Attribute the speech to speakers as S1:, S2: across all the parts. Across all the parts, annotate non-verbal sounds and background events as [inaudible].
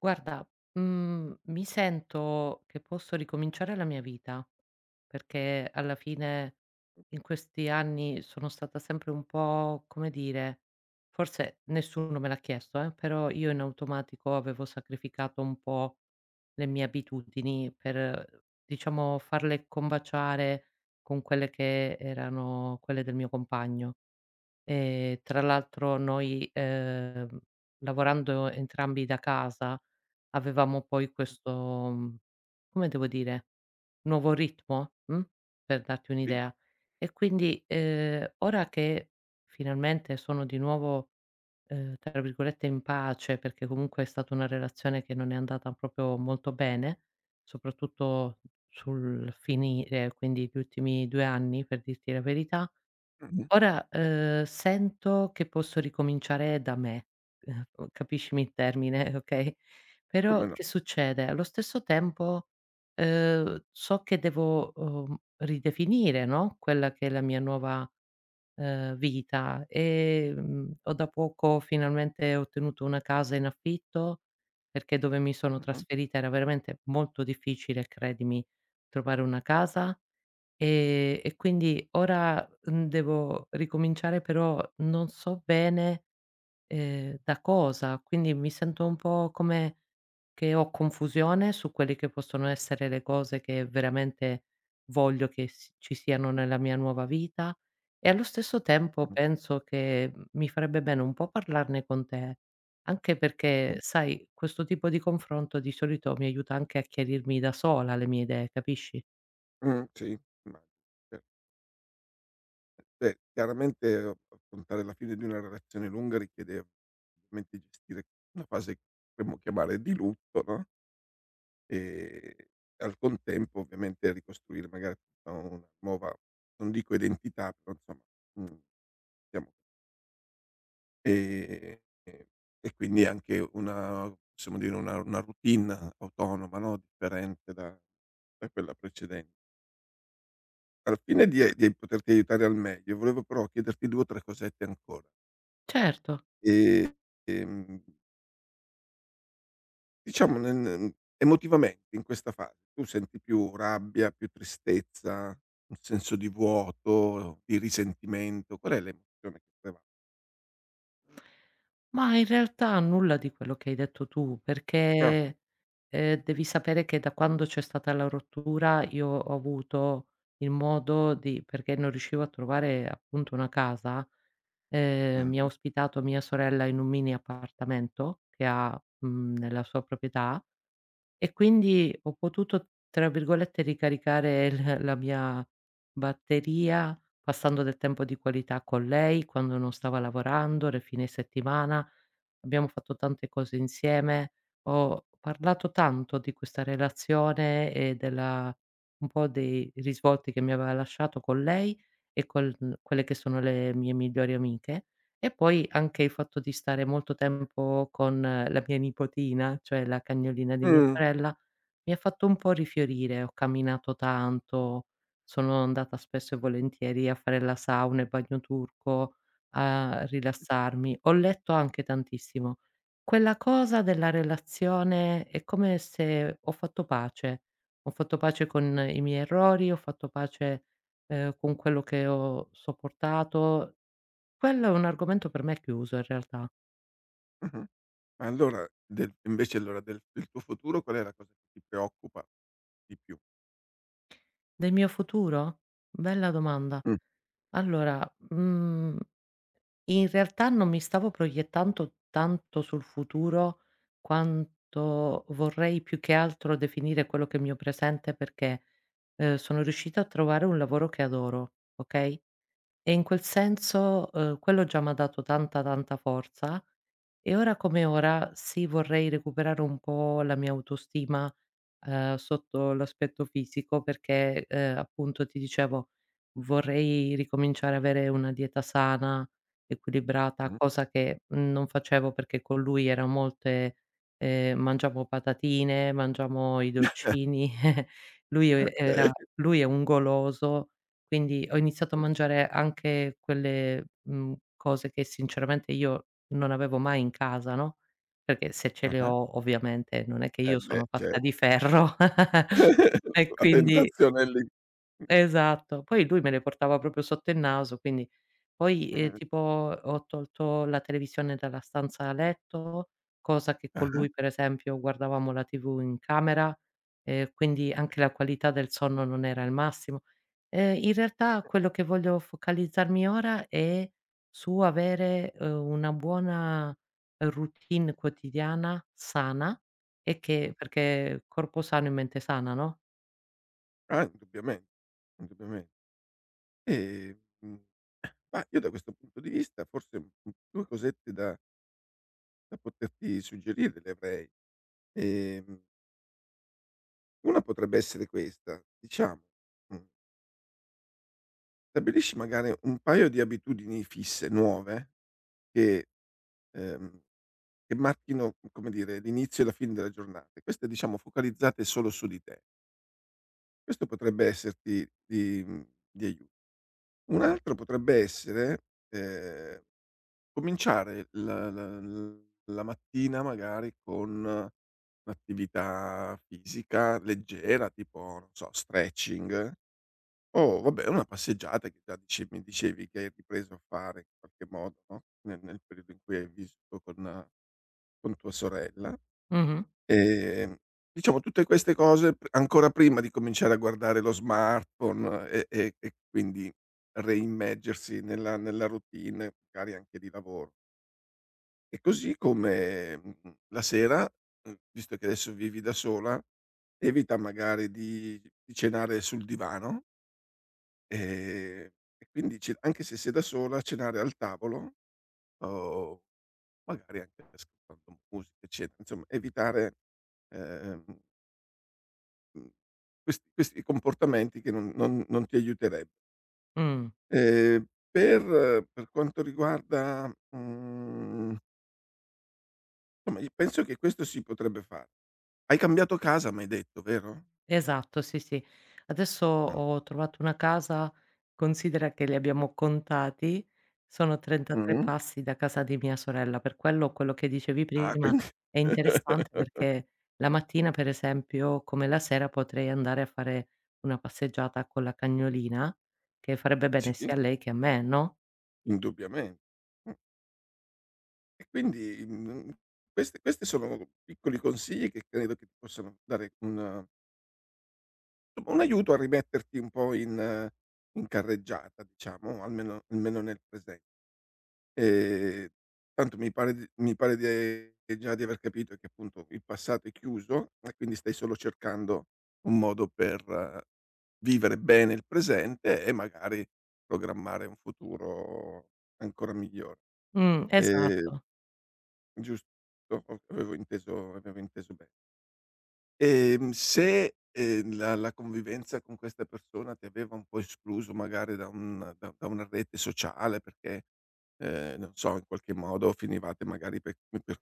S1: Guarda, mi sento che posso ricominciare la mia vita, perché alla fine in questi anni sono stata sempre un po', come dire, forse nessuno me l'ha chiesto però io in automatico avevo sacrificato un po' le mie abitudini per, diciamo, farle combaciare con quelle che erano quelle del mio compagno. Tra l'altro noi, lavorando entrambi da casa, avevamo poi questo, come devo dire, nuovo ritmo, per darti
S2: Sì.
S1: un'idea. E quindi, ora che finalmente sono di nuovo, tra virgolette "in pace", perché comunque è stata una relazione che non è andata proprio molto bene, soprattutto sul finire, quindi gli ultimi 2 anni, per dirti la verità.
S2: Mh-mh.
S1: Ora, sento che posso ricominciare da me, uhm, capiscimi il termine, [laughs] okay, però
S2: Come no.
S1: che succede? Allo stesso tempo, so che devo, ridefinire, no, quella che è la mia nuova, vita. Ho da poco finalmente ottenuto una casa in affitto, perché dove mi sono
S2: Mh-mh,
S1: trasferita era veramente molto difficile, credimi, trovare una casa. E quindi ora, devo ricominciare però non so bene, da cosa, quindi mi sento un po' come che ho confusione su quelle che possono essere le cose che veramente voglio che s ci siano nella mia nuova vita e allo stesso tempo
S2: mh,
S1: penso che, mi farebbe bene un po' parlarne con te, anche
S2: sì.
S1: perché sai questo tipo di confronto di solito mi aiuta anche a chiarirmi da sola le mie idee, capisci?
S2: Sì, immagino. Cer Beh, chiaramente a affrontare la fine di una relazione lunga richiede ovviamente gestire una fase che potremmo chiamare di lutto, no, ehm, al contempo ovviamente ricostruire magari tutta una nuova, non dico identità, però insomma, mhmm, diciamo, ehm, e quindi anche una, possiamo dire, una routine autonoma, no, differente da quella preceden alla fine. Di poterti aiutare al meglio, volevo però chiederti 2 o 3 cosette ancora.
S1: Certo.
S2: Ehm, ehm, diciamo nel n emotivamente in questa fase, tu senti più rabbia, più tristezza, un senso di vuoto, di risentimento? Qual è l'emozione che preva
S1: Ma in realtà nulla di quello che hai detto tu,
S2: ah,
S1: perché, devi sapere che da quando c'è stata la rottura io ho avuto il modo di perché non riuscivo a trovare appunto una casa, mi ha
S2: mh-mh.
S1: ospitato mia sorella in un mini appartamento che ha, nella sua proprietà e quindi ho potuto, tra virgolette, "ricaricare" il la mia batteria passando del tempo di qualità con lei quando non stava lavorando, nei fine settimana. Abbiamo fatto tante cose insieme. Ho parlato tanto di questa relazione e della un po' dei risvolti che mi aveva lasciato con lei e con quelle che sono le mie migliori amiche. E poi anche il fatto di stare molto tempo con la mia nipotina, cioè la cagnolina di mia
S2: Mh,
S1: sorella, mi ha fatto un po' rifiorire. Ho camminato tanto, sono andata spesso e volentieri a fare la sauna, il bagno turco, a rilassarmi. Ho letto anche tantissimo. Quella cosa della relazione è come se ho fatto pace. Ho fatto pace con i miei errori, ho fatto pace, con quello che ho sopportato, quello è un argomento per me chiuso in realtà.
S2: mh-mh. Ma allora del invece, allora, del tuo futuro qual è la cosa che ti preoccupa di più?
S1: Del mio futuro? Bella domanda. Allora, mhmm, in realtà non mi stavo proiettando tanto sul futuro quanto vorrei più che altro definire quello che è il mio presente perché, sono riuscita a trovare un lavoro che adoro, okay, e in quel senso, quello già m'ha dato tanta, tanta forza e ora come ora sì, vorrei recuperare un po' la mia autostima sotto l'aspetto fisico perché, appunto ti dicevo, vorrei ricominciare a avere una dieta sana, equilibrata,
S2: Mh-mh.
S1: cosa che non facevo perché con lui era molte mangiamo patatine, mangiamo i dolcini, [laughs] lui
S2: Okay.
S1: era lui è un goloso, quindi ho iniziato a
S2: Mh.
S1: mangiare anche quelle, cose che sinceramente io non avevo mai in casa, no? Perché se ce le
S2: Ah-ah.
S1: ho ovviamente non è che
S2: Eh
S1: io
S2: beh,
S1: sono
S2: cer
S1: fatta di ferro. [laughs]
S2: [laughs]
S1: E
S2: la
S1: quindi
S2: tentazione è lì.
S1: esatto. Poi lui me le portava proprio sotto il naso, quindi poi,
S2: Mh.
S1: tipo ho tolto la televisione dalla stanza a letto, cosa che con
S2: Ah-ah.
S1: lui per esempio guardavamo la TV in camera. Quindi anche la qualità del sonno non era il massimo. In realtà quello che voglio focalizzarmi ora è su avere, una buona routine quotidiana sana e
S2: Mh.
S1: che perché corpo sano e mente sana, no?
S2: Ah, indubbiamen indubbiamen e, ma io da questo punto di vista forse, 2 cosette da poterti suggerire le avrei. Ehm, una potrebbe essere questa, diciamo, mhmm, stabilisci magari un paio di abitudini fisse, nuove, che ehm, che marchino, come dire, l'inizio e la fine della giornata, e queste diciamo focalizzate solo su di te. Questo potrebbe esserti di di aiuto. Un altro potrebbe essere, ehm cominciare la mattina magari con un'attività fisica leggera, tipo, non so, stretching o vabbè una passeggiata che già dice mi dicevi che hai ripreso a fare in qualche modo, no, nel periodo in cui hai vissuto con tua sorella.
S1: Mh-mh.
S2: Ehm, diciamo tutte queste cose p ancora prima di cominciare a guardare lo smartphone, e quindi reimmergersi nella routine magari anche di lavoro. E così come, la sera, visto che adesso vivi da sola, evita magari di cenare sul divano, ehm, e quindi ce anche se sei da sola, cenare al tavolo, o magari anche ascoltando musica, eccetera. Insomma, evitare, ehm, mhmm, questi comportamenti che non ti aiutereb
S1: Mh.
S2: ehm, per quanto riguarda, insomma, io penso che questo si potrebbe fare. Hai cambiato casa m'hai detto, vero?
S1: Esatto, sì, sì. Adesso
S2: Ah.
S1: ho trovato una casa, considera che li abbiamo contati, sono 33
S2: Mh-mh.
S1: passi da casa di mia sorella, per quello quello che dicevi
S2: Ah,
S1: prima
S2: quindi
S1: è interessante
S2: [laughs]
S1: perché la mattina, per esempio, come la sera potrei andare a fare una passeggiata con la cagnolina, che farebbe bene
S2: sì,
S1: sia a lei che a me, no?
S2: indubbiamente. Mh. E quindi, queste questi sono piccoli consigli che credo che ti possano dare un, insomma, un aiuto a rimetterti un po' in carreggiata diciamo, almeno nel presen ehm, tanto mi pare di già di aver capito che appunto il passato è chiuso e quindi stai solo cercando un modo per vivere bene il presente e magari programmare un futuro ancora migliore. Ehm,
S1: Esatto.
S2: Giusto? O avevo inteso be ehm, se, la la convivenza con questa persona ti aveva un po' escluso magari da un da da una rete sociale perché, non so, in qualche modo finivate magari per per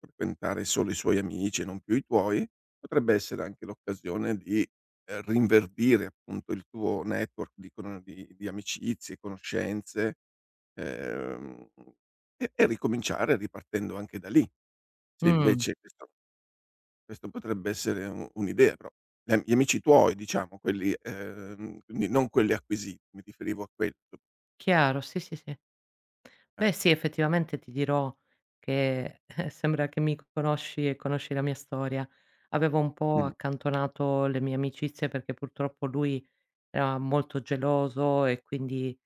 S2: frequentare solo i suoi amici e non più i tuoi, potrebbe essere anche l'occasione di, rinverdire appunto il tuo network di cono di amicizie, conoscenze, ehm, ricominciare ripartendo anche da lì. Se
S1: Mh,
S2: invece questa, questo potrebbe essere u un'idea però. Gli amici tuoi diciamo, quelli, quindi non quelli acquisiti, mi riferivo a quelli.
S1: chiaro, sì, sì, sì.
S2: Eh.
S1: Beh sì, effettivamente ti dirò che [laughs] sembra che mi conosci e conosci la mia storia. Avevo un po'
S2: Mh.
S1: accantonato le mie amicizie perché purtroppo lui era molto geloso e quindi,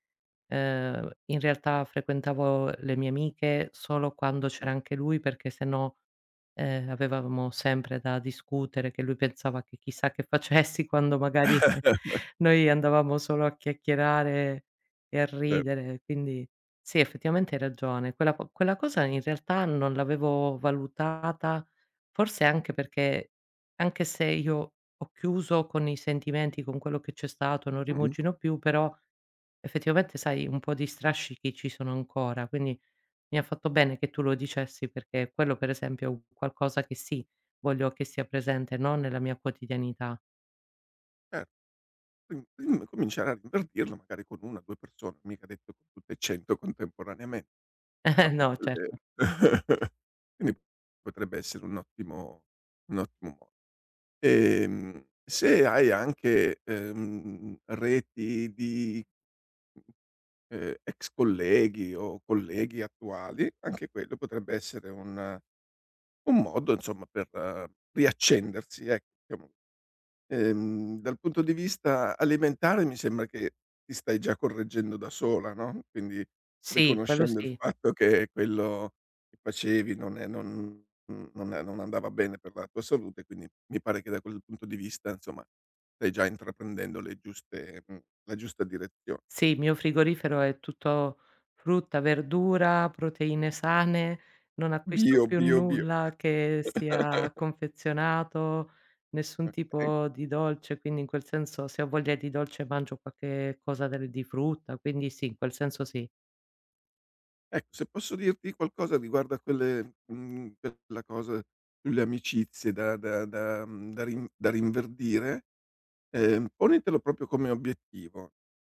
S1: in realtà frequentavo le mie amiche solo quando c'era
S2: No,
S1: anche lui perché se no avevamo sempre da discutere, che lui pensava che chissà che facessi quando magari [laughs] noi andavamo solo a chiacchierare e a
S2: cer
S1: ridere, quindi sì, effettivamente hai ragione. Quella cosa in realtà non l'avevo valutata, forse anche perché anche se io ho chiuso con i sentimenti, con quello che c'è stato, non
S2: mh, Mh.
S1: rimugino più, però effettivamente sai un po' di strascichi ci sono ancora, quindi mi ha fatto bene che tu lo dicessi perché quello per esempio è un qualcosa che sì, voglio che sia presente, no, nella mia quotidianità.
S2: cer quindi cominciare a ripartirlo magari con 1 o 2 persone, mica detto con tutte e 100 contemporaneamente, però
S1: [laughs]
S2: con
S1: No,
S2: quelle
S1: certo.
S2: [laughs] quindi potrebbe essere un ottimo, un ottimo modo. Se hai anche, reti di ex colleghi o colleghi attuali, anche quello potrebbe essere un modo, insomma, per riaccendersi, ecco, diciamo. Dal punto di vista alimentare mi sembra che ti stai già correggendo da sola, no, quindi
S1: Sì, quello
S2: riconoscendo il
S1: sì.
S2: fatto che quello che facevi non è, non andava bene per la tua salute, quindi mi pare che da quel punto di vista, insomma, stai già intraprendendo le giuste la giusta direzione.
S1: Sì, il mio frigorifero è tutto frutta, verdura, proteine sane, non acquisto
S2: Bio,
S1: più
S2: bio, bio.
S1: nulla che sia confezionato, nessun
S2: Okay.
S1: tipo di dolce, quindi in quel senso se ho voglia di dolce mangio qualche cosa del di frutta, quindi sì, in quel senso sì.
S2: Ecco, se posso dirti qualcosa riguardo a quelle, quella cosa sulle amicizie da rinverdire, ponitelo proprio come obiettivo.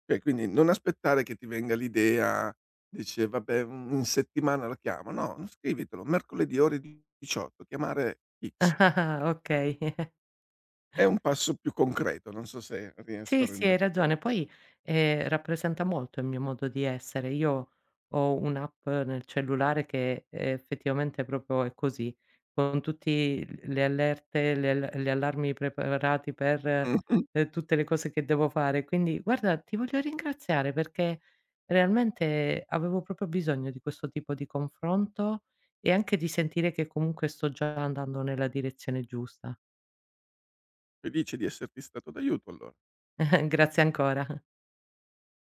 S2: Cioè, quindi non aspettare che ti venga l'idea, dice: "Vabbè, mhmm, in settimana la chiamo." No, scrivitelo: "Mercoledì ore 18, chiamare X."
S1: [laughs] Okay.
S2: È un passo più concreto, non so se riesco a
S1: Sì, sì, hai
S2: renderti l'idea.
S1: ragione. Poi, rappresenta molto il mio modo di essere. Io ho un'app nel cellulare che effettivamente proprio è così, con tutti l le allerte, le al gli allarmi preparati per,
S2: Mh-mh.
S1: tutte le cose che devo fare. Quindi guarda, ti voglio ringraziare perché realmente avevo proprio bisogno di questo tipo di confronto e anche di sentire che comunque sto già andando nella direzione giusta.
S2: Felice di esserti stato d'aiuto allo
S1: [laughs] Grazie ancora.